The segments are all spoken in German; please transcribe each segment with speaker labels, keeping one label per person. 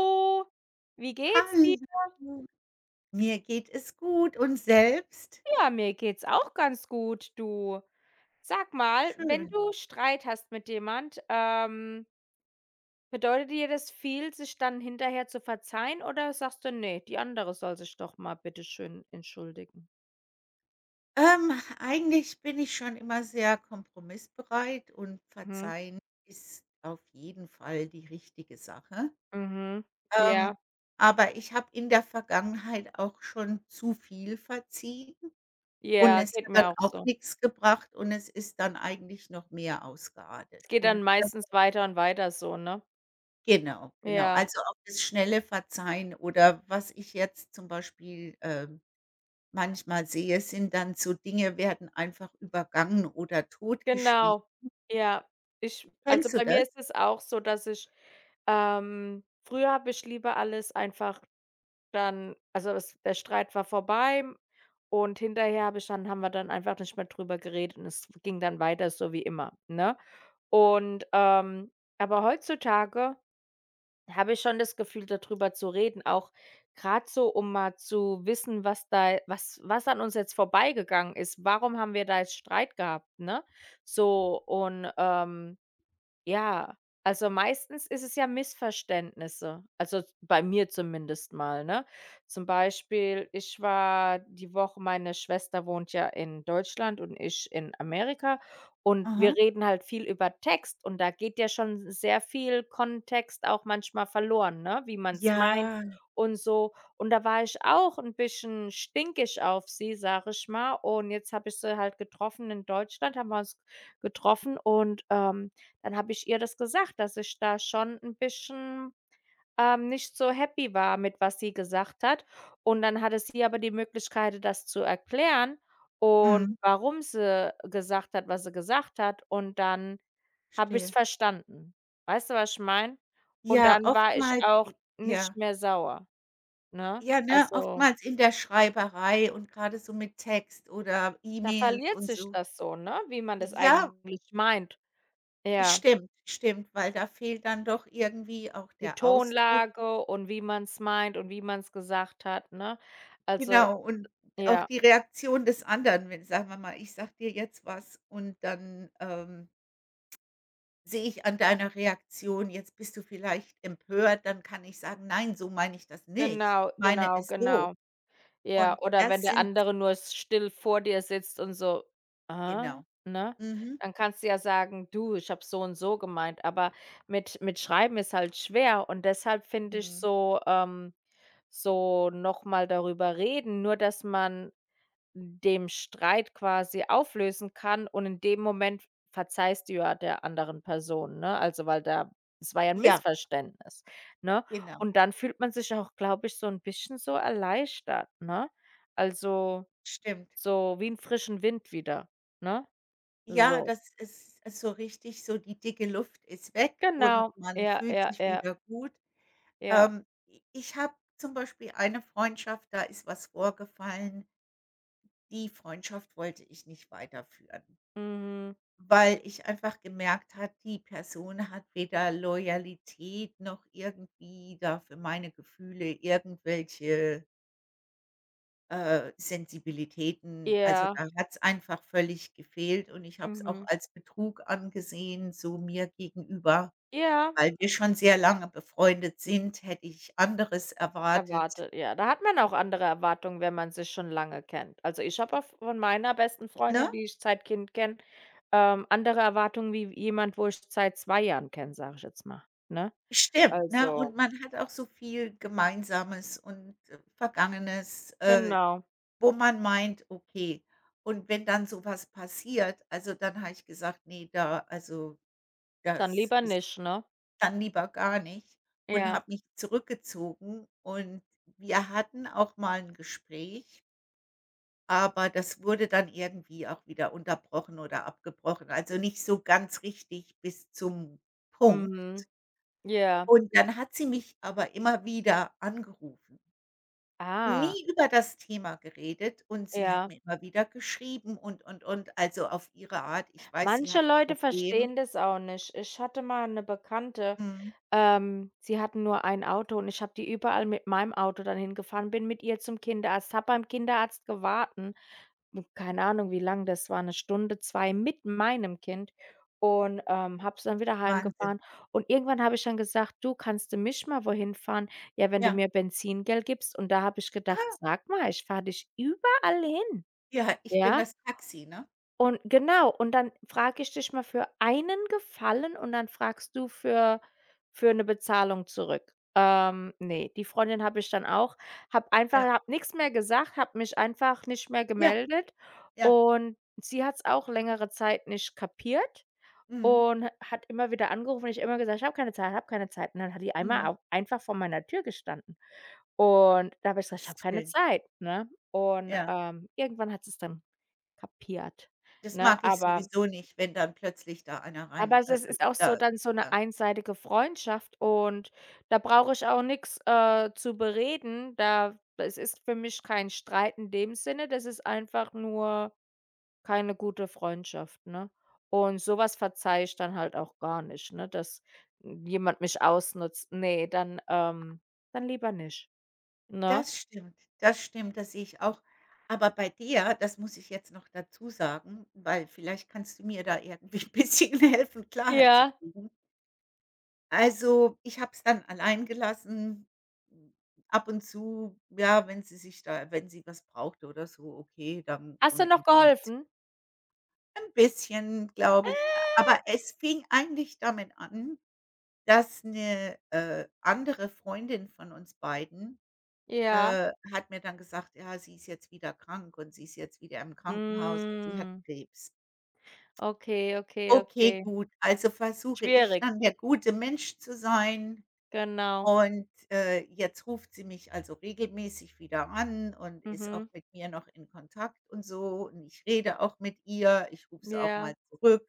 Speaker 1: Hallo, wie geht's dir?
Speaker 2: Hallo, mir geht es gut und selbst?
Speaker 1: Ja, mir geht's auch ganz gut, du. Sag mal, wenn
Speaker 2: Schön.
Speaker 1: du Streit hast mit jemand, bedeutet dir das viel, sich dann hinterher zu verzeihen oder sagst du, nee, die andere soll sich doch mal bitte schön entschuldigen?
Speaker 2: Ähm, Eigentlich bin ich schon immer sehr kompromissbereit, und
Speaker 1: Mhm,
Speaker 2: verzeihen ist auf jeden Fall die richtige Sache.
Speaker 1: mhm.
Speaker 2: Ähm,
Speaker 1: Ja,
Speaker 2: aber ich habe in der Vergangenheit auch schon zu viel verziehen, und
Speaker 1: ja,
Speaker 2: es
Speaker 1: geht
Speaker 2: hat dann
Speaker 1: mir auch
Speaker 2: auch
Speaker 1: so.
Speaker 2: nichts gebracht, und es ist dann eigentlich noch mehr ausgeartet.
Speaker 1: Es geht
Speaker 2: Und
Speaker 1: dann
Speaker 2: das,
Speaker 1: meistens weiter und weiter so, ne?
Speaker 2: genau, genau.
Speaker 1: Ja,
Speaker 2: Also, auch das schnelle Verzeihen, oder was ich jetzt zum Beispiel, manchmal sehe, sind dann so Dinge, werden einfach übergangen oder totgeschwiegen.
Speaker 1: genau. Ja, ich also,
Speaker 2: Kennst du
Speaker 1: bei
Speaker 2: das?
Speaker 1: mir ist es auch so, dass ich früher habe ich lieber alles einfach. Dann also, es der Streit war vorbei und hinterher habe ich dann haben wir dann einfach nicht mehr drüber geredet und es ging dann weiter so wie immer, ne? Und, aber heutzutage habe ich schon das Gefühl, darüber zu reden, auch gerade so, um mal zu wissen, was da was was an uns jetzt vorbeigegangen ist. Warum haben wir da jetzt Streit gehabt, ne? So und, ja, also meistens ist es ja Missverständnisse, also bei mir zumindest mal, ne? Zum Beispiel, ich war die Woche meine Schwester wohnt ja in Deutschland und ich in Amerika und
Speaker 2: Aha.
Speaker 1: wir reden halt viel über Text und da geht ja schon sehr viel Kontext auch manchmal verloren, ne, wie man es meint
Speaker 2: Ja.
Speaker 1: und so. Und da war ich auch ein bisschen stinkig auf sie, sag ich mal. Und jetzt habe ich sie halt getroffen in Deutschland, haben wir uns getroffen und, dann habe ich ihr das gesagt, dass ich da schon ein bisschen, nicht so happy war mit, was sie gesagt hat. Und dann hatte sie aber die Möglichkeit, das zu erklären und
Speaker 2: Mhm.
Speaker 1: warum sie gesagt hat, was sie gesagt hat. Und dann habe ich es
Speaker 2: Verstehe.
Speaker 1: verstanden. Weißt du, was ich meine? Und
Speaker 2: Ja,
Speaker 1: dann war ich
Speaker 2: oftmals
Speaker 1: auch
Speaker 2: i ja.
Speaker 1: nicht mehr sauer, ne?
Speaker 2: Ja, ne,
Speaker 1: Also,
Speaker 2: oftmals in der Schreiberei und grade so mit Text oder
Speaker 1: da
Speaker 2: E-Mails
Speaker 1: verliert
Speaker 2: und
Speaker 1: sich
Speaker 2: so.
Speaker 1: das so, ne, wie man das
Speaker 2: Ja,
Speaker 1: eigentlich meint. Ja.
Speaker 2: stimmt, stimmt, weil da fehlt dann doch irgendwie auch
Speaker 1: Die
Speaker 2: der Ausdruck.
Speaker 1: Tonlage und wie man es meint und wie man es gesagt hat, ne? Also
Speaker 2: Genau, und auch
Speaker 1: ja,
Speaker 2: die Reaktion des anderen, wenn, sagen wir mal, ich sage dir jetzt was und dann, sehe ich an deiner Reaktion, jetzt bist du vielleicht empört, dann kann ich sagen: „Nein, so meine ich das nicht. Ich
Speaker 1: genau,
Speaker 2: meine
Speaker 1: genau,
Speaker 2: es so.“
Speaker 1: genau. Ja,
Speaker 2: Und
Speaker 1: oder wenn
Speaker 2: das
Speaker 1: der
Speaker 2: sind,
Speaker 1: andere nur s still vor dir sitzt und so: „Aha",
Speaker 2: genau.
Speaker 1: ne?
Speaker 2: Mhm.
Speaker 1: Dann kannst du ja sagen: „Du, ich habe so und so gemeint", aber mit Schreiben ist halt schwer und deshalb finde ich
Speaker 2: Mhm.
Speaker 1: so so noch mal darüber reden, nur dass man dem Streit quasi auflösen kann und in dem Moment verzeihst du ja der anderen Person, ne? Also, weil da es war ja 'n
Speaker 2: Ja,
Speaker 1: Missverständnis, ne?
Speaker 2: genau.
Speaker 1: Und dann fühlt man sich auch, glaube ich, so 'n bisschen so erleichtert, ne? Also,
Speaker 2: Stimmt.
Speaker 1: so wie 'n frischen Wind wieder, ne?
Speaker 2: Ja,
Speaker 1: So.
Speaker 2: das ist so richtig, so die dicke Luft ist weg, und
Speaker 1: Genau.
Speaker 2: man
Speaker 1: Ja,
Speaker 2: fühlt
Speaker 1: ja,
Speaker 2: sich
Speaker 1: ja,
Speaker 2: wieder gut.
Speaker 1: ja.
Speaker 2: I ich habe zum Beispiel eine Freundschaft, da ist was vorgefallen, die Freundschaft wollte ich nicht weiterführen.
Speaker 1: Mhm.
Speaker 2: Weil ich einfach gemerkt hat, die Person hat weder Loyalität noch irgendwie da für meine Gefühle irgendwelche, Sensibilitäten. Also,
Speaker 1: Ja.
Speaker 2: da hat's einfach völlig gefehlt, und ich habe es auch
Speaker 1: Mhm.
Speaker 2: als Betrug angesehen, so mir gegenüber.
Speaker 1: Ja.
Speaker 2: Weil wir schon sehr lange befreundet sind, hätte ich anderes erwartet,
Speaker 1: Erwartet, ja. Da hat man auch andere Erwartungen, wenn man sich schon lange kennt. Also, ich habe auch von meiner besten Freundin,
Speaker 2: ne?
Speaker 1: die ich seit Kind kenne, andere Erwartungen wie jemand, wo ich seit 2 Jahren kenne, sage ich jetzt mal, ne?
Speaker 2: Stimmt, ne?
Speaker 1: Also
Speaker 2: Und man hat auch so viel Gemeinsames und, Vergangenes,
Speaker 1: genau,
Speaker 2: wo man meint, okay. Und wenn dann sowas passiert, also, dann habe ich gesagt: nee, da also,
Speaker 1: dann
Speaker 2: das
Speaker 1: lieber
Speaker 2: ist,
Speaker 1: nicht, ne?
Speaker 2: dann lieber gar nicht“, und
Speaker 1: Ja,
Speaker 2: habe mich zurückgezogen. Und wir hatten auch mal ein Gespräch, aber das wurde dann irgendwie auch wieder unterbrochen oder abgebrochen, also, nicht so ganz richtig bis zum Punkt.
Speaker 1: mhm, ja.
Speaker 2: Und dann hat sie mich aber immer wieder angerufen. Und
Speaker 1: Ah,
Speaker 2: nie über das Thema geredet, und sie hat
Speaker 1: ja.
Speaker 2: mir immer wieder geschrieben, und, also auf ihre Art. Ich weiß, sie
Speaker 1: Manche
Speaker 2: hat 'n
Speaker 1: Leute
Speaker 2: Problem.
Speaker 1: verstehen das auch nicht. Ich hatte mal eine Bekannte.
Speaker 2: Mhm.
Speaker 1: Sie hatten nur ein Auto und ich habe die überall mit meinem Auto dann hingefahren, bin mit ihr zum Kinderarzt, habe beim Kinderarzt gewarten. Keine Ahnung, wie lang das war, 1 Stunde, 2 mit meinem Kind und, habe es dann wieder
Speaker 2: Wahnsinn.
Speaker 1: heimgefahren. Und irgendwann habe ich dann gesagt: „Du, kannst du mich mal wohin fahren? Ja, wenn du
Speaker 2: Ja.
Speaker 1: mir Benzingeld gibst." Und da habe ich gedacht:
Speaker 2: Aha.
Speaker 1: „Sag mal, ich fahre dich überall hin."
Speaker 2: Ja, ich bin
Speaker 1: Ja?
Speaker 2: das Taxi, ne?
Speaker 1: Und genau, und dann frage ich dich mal für einen Gefallen und dann fragst du für eine Bezahlung zurück. Ne, die Freundin habe ich dann auch habe einfach
Speaker 2: Ja.
Speaker 1: habe nichts mehr gesagt, habe mich einfach nicht mehr
Speaker 2: Ja,
Speaker 1: gemeldet
Speaker 2: ja.
Speaker 1: und sie hat es auch längere Zeit nicht kapiert
Speaker 2: Mhm.
Speaker 1: und hat immer wieder angerufen und ich immer gesagt: „Ich habe keine Zeit, habe keine Zeit." Und dann hat die einmal
Speaker 2: Mhm.
Speaker 1: au einfach vor meiner Tür gestanden. Und da habe ich gesagt: „Ich habe
Speaker 2: Gottes
Speaker 1: keine
Speaker 2: Willen.
Speaker 1: Zeit", ne? Und,
Speaker 2: Ja.
Speaker 1: irgendwann hat sie es dann kapiert,
Speaker 2: Das
Speaker 1: ne?
Speaker 2: mag ich
Speaker 1: Aber
Speaker 2: sowieso nicht, wenn dann plötzlich da einer
Speaker 1: aber
Speaker 2: rein,
Speaker 1: es ist auch so
Speaker 2: da,
Speaker 1: dann so eine
Speaker 2: ja.
Speaker 1: einseitige Freundschaft und da brauche ich auch nichts zu bereden. Da Es ist für mich kein Streit in dem Sinne, das ist einfach nur keine gute Freundschaft, ne? Und sowas was verzeihe ich dann halt auch gar nicht, ne, dass jemand mich ausnutzt. Nee, dann lieber nicht, ne?
Speaker 2: Das stimmt, das stimmt, das sehe ich auch. Aber bei dir, das muss ich jetzt noch dazu sagen, weil vielleicht kannst du mir da irgendwie 'n bisschen helfen, Klarheit zu
Speaker 1: Ja.
Speaker 2: kriegen. Also, ich habe es dann allein gelassen. Hm, ab und zu, ja, wenn sie was brauchte oder so, okay, dann so
Speaker 1: Hast du
Speaker 2: eine
Speaker 1: noch
Speaker 2: Information.
Speaker 1: geholfen?
Speaker 2: Ein bisschen, glaube ich.
Speaker 1: Äh.
Speaker 2: Aber es fing eigentlich damit an, dass eine andere Freundin von uns beiden,
Speaker 1: Ja.
Speaker 2: hat mir dann gesagt: „Ja, sie ist jetzt wieder krank, und sie ist jetzt wieder im Krankenhaus, und sie hat
Speaker 1: Hm.
Speaker 2: Krebs.“
Speaker 1: Okay, okay,
Speaker 2: Okay,
Speaker 1: okay.
Speaker 2: gut, also versuche ich
Speaker 1: Schwierig,
Speaker 2: dann der gute Mensch zu sein.
Speaker 1: genau.
Speaker 2: Und, jetzt ruft sie mich also regelmäßig wieder an und ist auch
Speaker 1: Mhm.
Speaker 2: mit mir noch in Kontakt und so, und ich rede auch mit ihr, ich rufe sie auch
Speaker 1: Ja,
Speaker 2: mal zurück.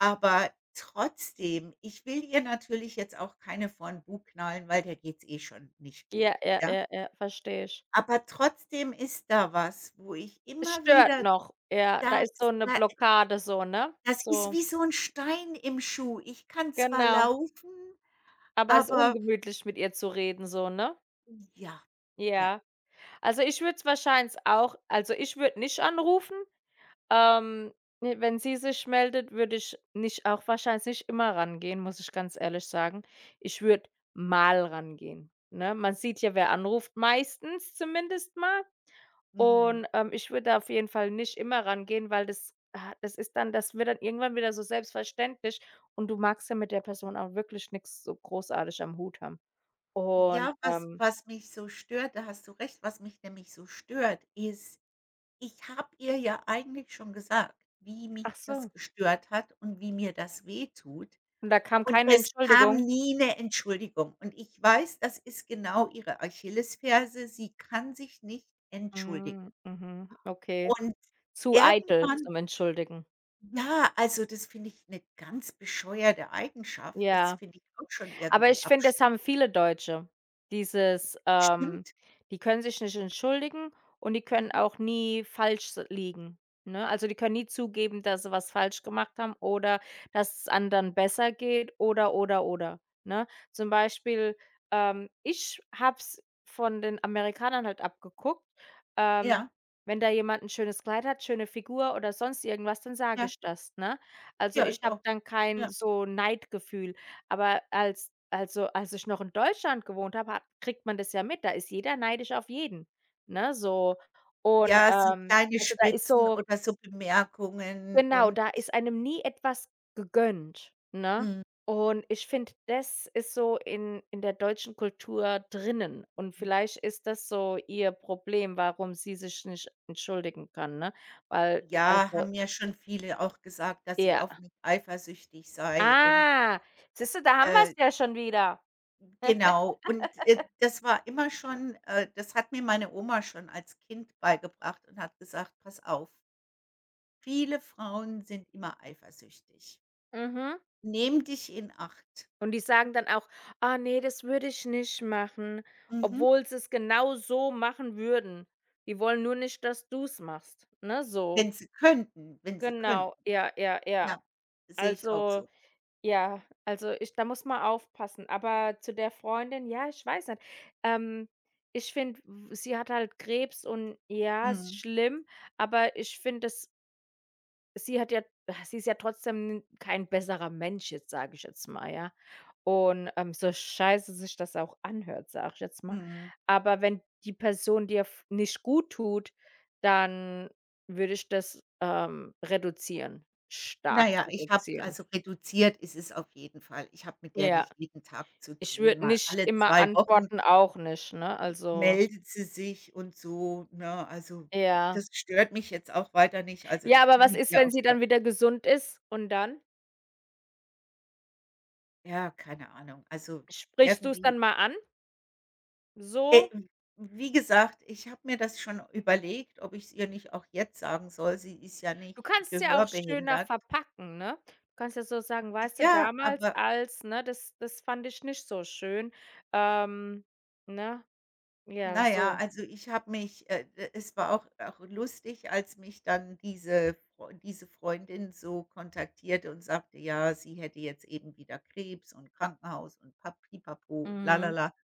Speaker 2: Aber trotzdem, ich will ihr natürlich jetzt auch keine vorn Bug knallen, weil der geht's eh schon nicht gut,
Speaker 1: ja, ja,
Speaker 2: ja?
Speaker 1: ja, ja, verstehe ich.
Speaker 2: Aber trotzdem ist da was, wo ich
Speaker 1: Es
Speaker 2: immer
Speaker 1: stört
Speaker 2: wieder,
Speaker 1: noch. Ja, da
Speaker 2: das
Speaker 1: ist so 'ne
Speaker 2: da
Speaker 1: Blockade so, ne?
Speaker 2: das ist
Speaker 1: So,
Speaker 2: wie so ein Stein im Schuh. Ich kann zwar
Speaker 1: genau.
Speaker 2: laufen,
Speaker 1: Aber ist
Speaker 2: aber
Speaker 1: ungemütlich, mit ihr zu reden so, ne?
Speaker 2: ja, ja,
Speaker 1: Ja. Also, ich würde es wahrscheinlich auch also, ich würde nicht anrufen. Ähm, ne, wenn sie sich meldet, würde ich nicht auch wahrscheinlich nicht immer rangehen, muss ich ganz ehrlich sagen. Ich würde mal rangehen, ne? Man sieht ja, wer anruft, meistens zumindest mal.
Speaker 2: mhm.
Speaker 1: Und, ich würde da auf jeden Fall nicht immer rangehen, weil das ah, das ist dann das wird dann irgendwann wieder so selbstverständlich und du magst ja mit der Person auch wirklich nichts so großartig am Hut haben.
Speaker 2: Ja,
Speaker 1: Und,
Speaker 2: was was mich so stört, da hast du recht, was mich nämlich so stört, ist, ich habe ihr ja eigentlich schon gesagt, wie mich
Speaker 1: ach
Speaker 2: das
Speaker 1: so,
Speaker 2: gestört hat und wie mir das wehtut.
Speaker 1: und da kam
Speaker 2: Und
Speaker 1: keine
Speaker 2: es kam
Speaker 1: Entschuldigung?
Speaker 2: nie eine Entschuldigung. Und ich weiß, das ist genau ihre Achillesferse, sie kann sich nicht entschuldigen.
Speaker 1: Hm, mhm, okay.
Speaker 2: Und
Speaker 1: Zu eitel
Speaker 2: irgendwann,
Speaker 1: zum Entschuldigen.
Speaker 2: ja, also, das finde ich eine ganz bescheuerte Eigenschaft. Das
Speaker 1: Ja.
Speaker 2: finde ich auch schon
Speaker 1: Aber
Speaker 2: irgendwie
Speaker 1: ich finde,
Speaker 2: abs.
Speaker 1: das haben viele Deutsche. Dieses, die können sich nicht entschuldigen und die können
Speaker 2: Mhm.
Speaker 1: auch nie falsch s liegen, ne? Also, die können nie zugeben, dass sie was falsch gemacht haben oder dass es anderen besser geht oder, ne? Zum Beispiel, ich habe es von den Amerikanern halt abgeguckt, ähm,
Speaker 2: Ja,
Speaker 1: wenn da jemand ein schönes Kleid hat, schöne Figur oder sonst irgendwas, dann sage
Speaker 2: ja,
Speaker 1: ich das, ne? Also,
Speaker 2: ja,
Speaker 1: ich
Speaker 2: ich
Speaker 1: habe
Speaker 2: auch.
Speaker 1: dann kein
Speaker 2: Ja.
Speaker 1: so Neidgefühl. Aber also, als ich noch in Deutschland gewohnt habe, hat kriegt man das ja mit. Da ist jeder neidisch auf jeden, ne, so. Und,
Speaker 2: Ja, so kleine
Speaker 1: also, da ist
Speaker 2: Spitzen
Speaker 1: so
Speaker 2: oder so Bemerkungen
Speaker 1: genau,
Speaker 2: und
Speaker 1: da ist einem nie etwas gegönnt, ne?
Speaker 2: Mhm.
Speaker 1: Und ich finde, das ist so in der deutschen Kultur drinnen. Und vielleicht ist das so ihr Problem, warum sie sich nicht entschuldigen kann, ne? Weil
Speaker 2: Ja,
Speaker 1: also
Speaker 2: haben mir schon viele auch gesagt, dass ich
Speaker 1: ja.
Speaker 2: auf mich eifersüchtig sei, und,
Speaker 1: Ah, siehst du, da haben wir es
Speaker 2: äh
Speaker 1: ja schon wieder.
Speaker 2: genau. Und, das war immer schon, das hat mir meine Oma schon als Kind beigebracht und hat gesagt: „Pass auf, viele Frauen sind immer eifersüchtig.
Speaker 1: Mhm.
Speaker 2: Nimm dich in Acht.“
Speaker 1: Und die sagen dann auch: „Ah nee das würde ich nicht machen",
Speaker 2: Mhm.
Speaker 1: obwohl sie es genau so machen würden. Die wollen nur nicht, dass du's machst, ne, so.
Speaker 2: Wenn sie könnten wenn sie
Speaker 1: Genau,
Speaker 2: könnten,
Speaker 1: ja, ja, ja.
Speaker 2: ja. Sehe ich auch
Speaker 1: Also,
Speaker 2: so.
Speaker 1: ja, also, ich da muss man aufpassen. Aber zu der Freundin, ja, ich weiß nicht. Ähm, ich finde, sie hat halt Krebs und ja, ist
Speaker 2: Mhm,
Speaker 1: schlimm, aber ich finde, Sie hat ja sie ist ja trotzdem kein besserer Mensch jetzt, sage ich jetzt mal, ja? Und, so scheiße sich das auch anhört, sage ich jetzt mal.
Speaker 2: mhm.
Speaker 1: Aber wenn die Person dir f nicht gut tut, dann würde ich das, reduzieren,
Speaker 2: Na
Speaker 1: stark
Speaker 2: ja, ich habe,
Speaker 1: reduzieren.
Speaker 2: also, reduziert ist es auf jeden Fall. Ich habe mit der
Speaker 1: Ja,
Speaker 2: nicht jeden Tag zu
Speaker 1: ich
Speaker 2: tun.
Speaker 1: würde
Speaker 2: Mal
Speaker 1: nicht
Speaker 2: alle
Speaker 1: immer
Speaker 2: 2 Wochen
Speaker 1: antworten, auch nicht, ne? Also
Speaker 2: meldet sie sich und so, ne? Also,
Speaker 1: ja.
Speaker 2: das stört mich jetzt auch weiter nicht. Also,
Speaker 1: Ja,
Speaker 2: ich
Speaker 1: aber
Speaker 2: kann
Speaker 1: was
Speaker 2: mit
Speaker 1: ist,
Speaker 2: ihr
Speaker 1: wenn
Speaker 2: auch
Speaker 1: sie
Speaker 2: über,
Speaker 1: dann wieder gesund ist und dann?
Speaker 2: ja, keine Ahnung. Also,
Speaker 1: Sprichst du es dann
Speaker 2: irgendwie
Speaker 1: mal an,
Speaker 2: äh,
Speaker 1: so?
Speaker 2: wie gesagt, ich habe mir das schon überlegt, ob ich's ihr nicht auch jetzt sagen soll. Sie ist ja nicht
Speaker 1: Du kannst ja auch schöner
Speaker 2: gehörbehindert.
Speaker 1: verpacken, ne? Du kannst ja so sagen: „Weißt du,
Speaker 2: Ja,
Speaker 1: damals
Speaker 2: aber
Speaker 1: als, ne, das fand ich nicht so schön." Ähm, ne? Ja,
Speaker 2: na ja,
Speaker 1: so.
Speaker 2: also ich habe mich, e es war auch lustig, als mich dann diese Freundin so kontaktierte und sagte, ja, sie hätte jetzt eben wieder Krebs und Krankenhaus und pa pipapo und
Speaker 1: Mhm,
Speaker 2: lalala.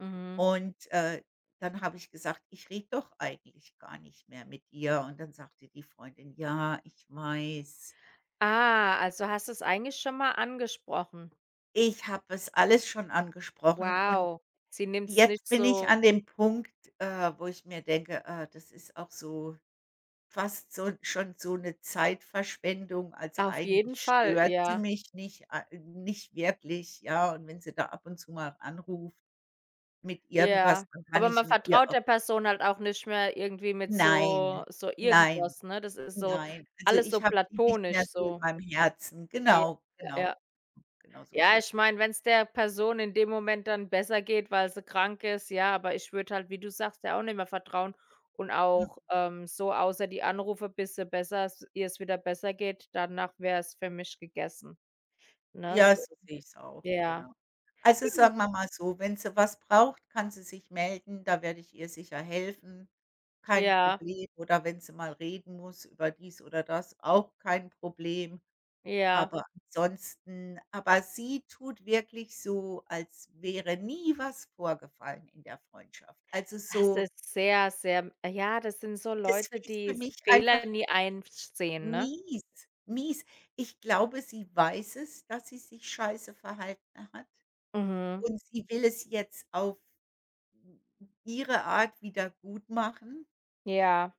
Speaker 1: mhm.
Speaker 2: Und, dann habe ich gesagt: „Ich rede doch eigentlich gar nicht mehr mit ihr.“ Und dann sagte die Freundin: „Ja, ich weiß.“
Speaker 1: Ah, also hast du es eigentlich schon mal angesprochen.
Speaker 2: Ich habe es alles schon angesprochen, und
Speaker 1: Wow. Sie nimmt es
Speaker 2: jetzt
Speaker 1: nicht
Speaker 2: bin ich
Speaker 1: so
Speaker 2: an dem Punkt, wo ich mir denke, das ist auch so fast so schon so 'ne Zeitverschwendung, also
Speaker 1: auf jeden
Speaker 2: eigentlich
Speaker 1: Fall,
Speaker 2: stört sie
Speaker 1: ja,
Speaker 2: mich nicht a nicht wirklich, ja, und wenn sie da ab und zu mal anruft mit irgendwas,
Speaker 1: ja.
Speaker 2: dann kann
Speaker 1: Aber
Speaker 2: ich
Speaker 1: man
Speaker 2: mit ihr
Speaker 1: vertraut
Speaker 2: auch,
Speaker 1: der Person halt auch nicht mehr irgendwie mit
Speaker 2: nein,
Speaker 1: so
Speaker 2: nein,
Speaker 1: irgendwas, ne? Das ist so
Speaker 2: nein. Also,
Speaker 1: alles
Speaker 2: ich
Speaker 1: so
Speaker 2: habe sie nicht mehr
Speaker 1: platonisch
Speaker 2: so in
Speaker 1: so.
Speaker 2: meinem Herzen.
Speaker 1: Ja,
Speaker 2: Genau,
Speaker 1: ja,
Speaker 2: genau,
Speaker 1: ja.
Speaker 2: genau so
Speaker 1: Ja,
Speaker 2: sieht's.
Speaker 1: ich meine, wenn's der Person in dem Moment dann besser geht, weil sie krank ist, ja, aber ich würde halt, wie du sagst, ja auch nicht mehr vertrauen und auch, so außer die Anrufe, bis sie besser s ihr es wieder besser geht, danach wäre es für mich gegessen, ne,
Speaker 2: Ja,
Speaker 1: so.
Speaker 2: so sehe ich's auch,
Speaker 1: Ja.
Speaker 2: genau. Also,
Speaker 1: Genau.
Speaker 2: sagen wir mal so, wenn sie was braucht, kann sie sich melden, da werde ich ihr sicher helfen, kein
Speaker 1: Ja,
Speaker 2: Problem. Oder wenn sie mal reden muss über dies oder das, auch kein Problem.
Speaker 1: ja.
Speaker 2: Aber ansonsten, aber sie tut wirklich so, als wäre nie was vorgefallen in der Freundschaft. Also,
Speaker 1: Das
Speaker 2: so,
Speaker 1: ist sehr, sehr ja, das sind so
Speaker 2: das
Speaker 1: Leute,
Speaker 2: ist
Speaker 1: die
Speaker 2: für
Speaker 1: s
Speaker 2: mich
Speaker 1: Fehler
Speaker 2: einfach
Speaker 1: nie einsehen, ne?
Speaker 2: mies, mies. Ich glaube, sie weiß es, dass sie sich scheiße verhalten hat.
Speaker 1: Mhm.
Speaker 2: Und sie will es jetzt auf ihre Art wieder gutmachen.
Speaker 1: Ja.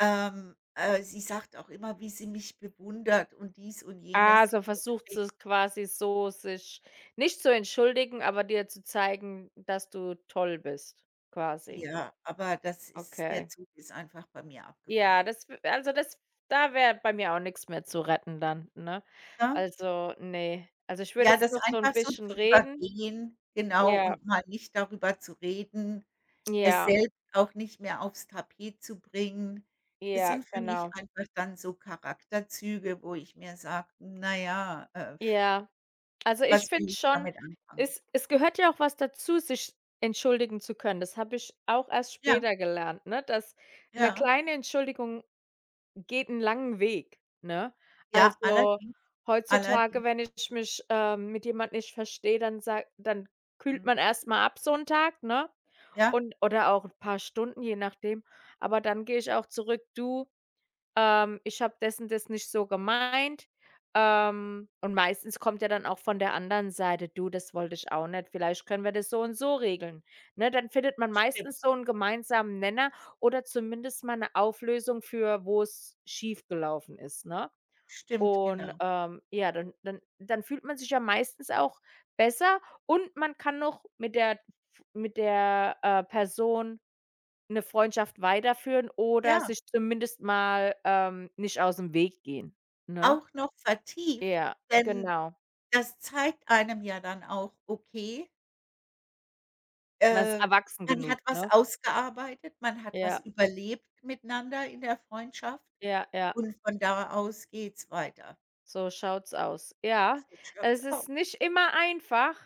Speaker 2: Sie sagt auch immer, wie sie mich bewundert und dies und jenes.
Speaker 1: Also, versucht sie es quasi so, sich nicht zu entschuldigen, aber dir zu zeigen, dass du toll bist, quasi.
Speaker 2: Ja, aber das ist der
Speaker 1: Okay.
Speaker 2: Zug ist einfach bei mir
Speaker 1: Ja,
Speaker 2: abgefahren,
Speaker 1: das w also, das da wäre bei mir auch nichts mehr zu retten dann, ne?
Speaker 2: ne?
Speaker 1: Also, nee. Also, ich würde
Speaker 2: Ja,
Speaker 1: jetzt
Speaker 2: das
Speaker 1: noch so ein
Speaker 2: einfach so
Speaker 1: bisschen
Speaker 2: zu
Speaker 1: reden.
Speaker 2: übergehen, genau,
Speaker 1: Ja,
Speaker 2: und mal nicht darüber zu reden, es
Speaker 1: ja,
Speaker 2: selbst auch nicht mehr aufs Tapet zu bringen. Das
Speaker 1: ja,
Speaker 2: sind für mich
Speaker 1: genau.
Speaker 2: einfach dann so Charakterzüge, wo ich mir sage: „Na ja“
Speaker 1: Ja, also, ich
Speaker 2: Was
Speaker 1: finde
Speaker 2: will ich
Speaker 1: schon,
Speaker 2: damit anfangen?
Speaker 1: es gehört ja auch was dazu, sich entschuldigen zu können. Das habe ich auch erst
Speaker 2: Ja,
Speaker 1: später gelernt, ne, dass eine
Speaker 2: ja,
Speaker 1: kleine Entschuldigung geht 'n langen Weg, ne?
Speaker 2: ja,
Speaker 1: Also,
Speaker 2: allerdings, allerdings.
Speaker 1: heutzutage, wenn ich mich, mit jemand nicht verstehe, dann kühlt
Speaker 2: Mhm.
Speaker 1: man erst mal ab so 'n Tag, ne?
Speaker 2: Ja,
Speaker 1: Und oder auch 'n paar Stunden, je nachdem. Aber dann gehe ich auch zurück: „Du" ich habe das und das nicht so gemeint. Und meistens kommt ja dann auch von der anderen Seite: „Du, das wollte ich auch nicht. Vielleicht können wir das so und so regeln." Ne, dann findet man
Speaker 2: stimmt,
Speaker 1: meistens so einen gemeinsamen Nenner oder zumindest mal eine Auflösung für wo es schief gelaufen ist, ne?
Speaker 2: stimmt,
Speaker 1: Und,
Speaker 2: genau.
Speaker 1: ja, dann fühlt man sich ja meistens auch besser und man kann noch mit der Person 'ne Freundschaft weiterführen oder
Speaker 2: Ja,
Speaker 1: sich zumindest mal, nicht aus'm Weg gehen, ne?
Speaker 2: auch noch vertieft,
Speaker 1: Ja,
Speaker 2: denn
Speaker 1: genau.
Speaker 2: das zeigt einem ja dann auch, okay,
Speaker 1: Man ist
Speaker 2: äh,
Speaker 1: erwachsen
Speaker 2: man hat
Speaker 1: genug,
Speaker 2: was
Speaker 1: ne?
Speaker 2: ausgearbeitet, man hat was
Speaker 1: Ja,
Speaker 2: überlebt miteinander in der Freundschaft,
Speaker 1: ja, ja.
Speaker 2: und von da aus geht's weiter.
Speaker 1: So schaut's aus. Ja,
Speaker 2: So schaut's
Speaker 1: es ist
Speaker 2: aus.
Speaker 1: nicht immer einfach,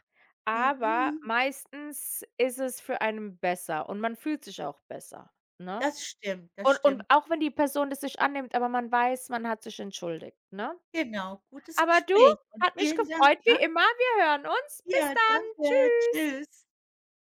Speaker 1: aber
Speaker 2: Mhm,
Speaker 1: meistens ist es für einen besser und man fühlt sich auch besser, ne?
Speaker 2: das stimmt, das
Speaker 1: Und
Speaker 2: stimmt.
Speaker 1: auch wenn die Person das nicht annimmt, aber man weiß, man hat sich entschuldigt, ne?
Speaker 2: Genau, gutes
Speaker 1: Aber du,
Speaker 2: Gespräch und
Speaker 1: hat mich
Speaker 2: vielen Dank,
Speaker 1: gefreut
Speaker 2: ne?
Speaker 1: wie immer. Wir hören uns. Bis
Speaker 2: Ja,
Speaker 1: dann.
Speaker 2: danke.
Speaker 1: Tschüss.
Speaker 2: Tschüss.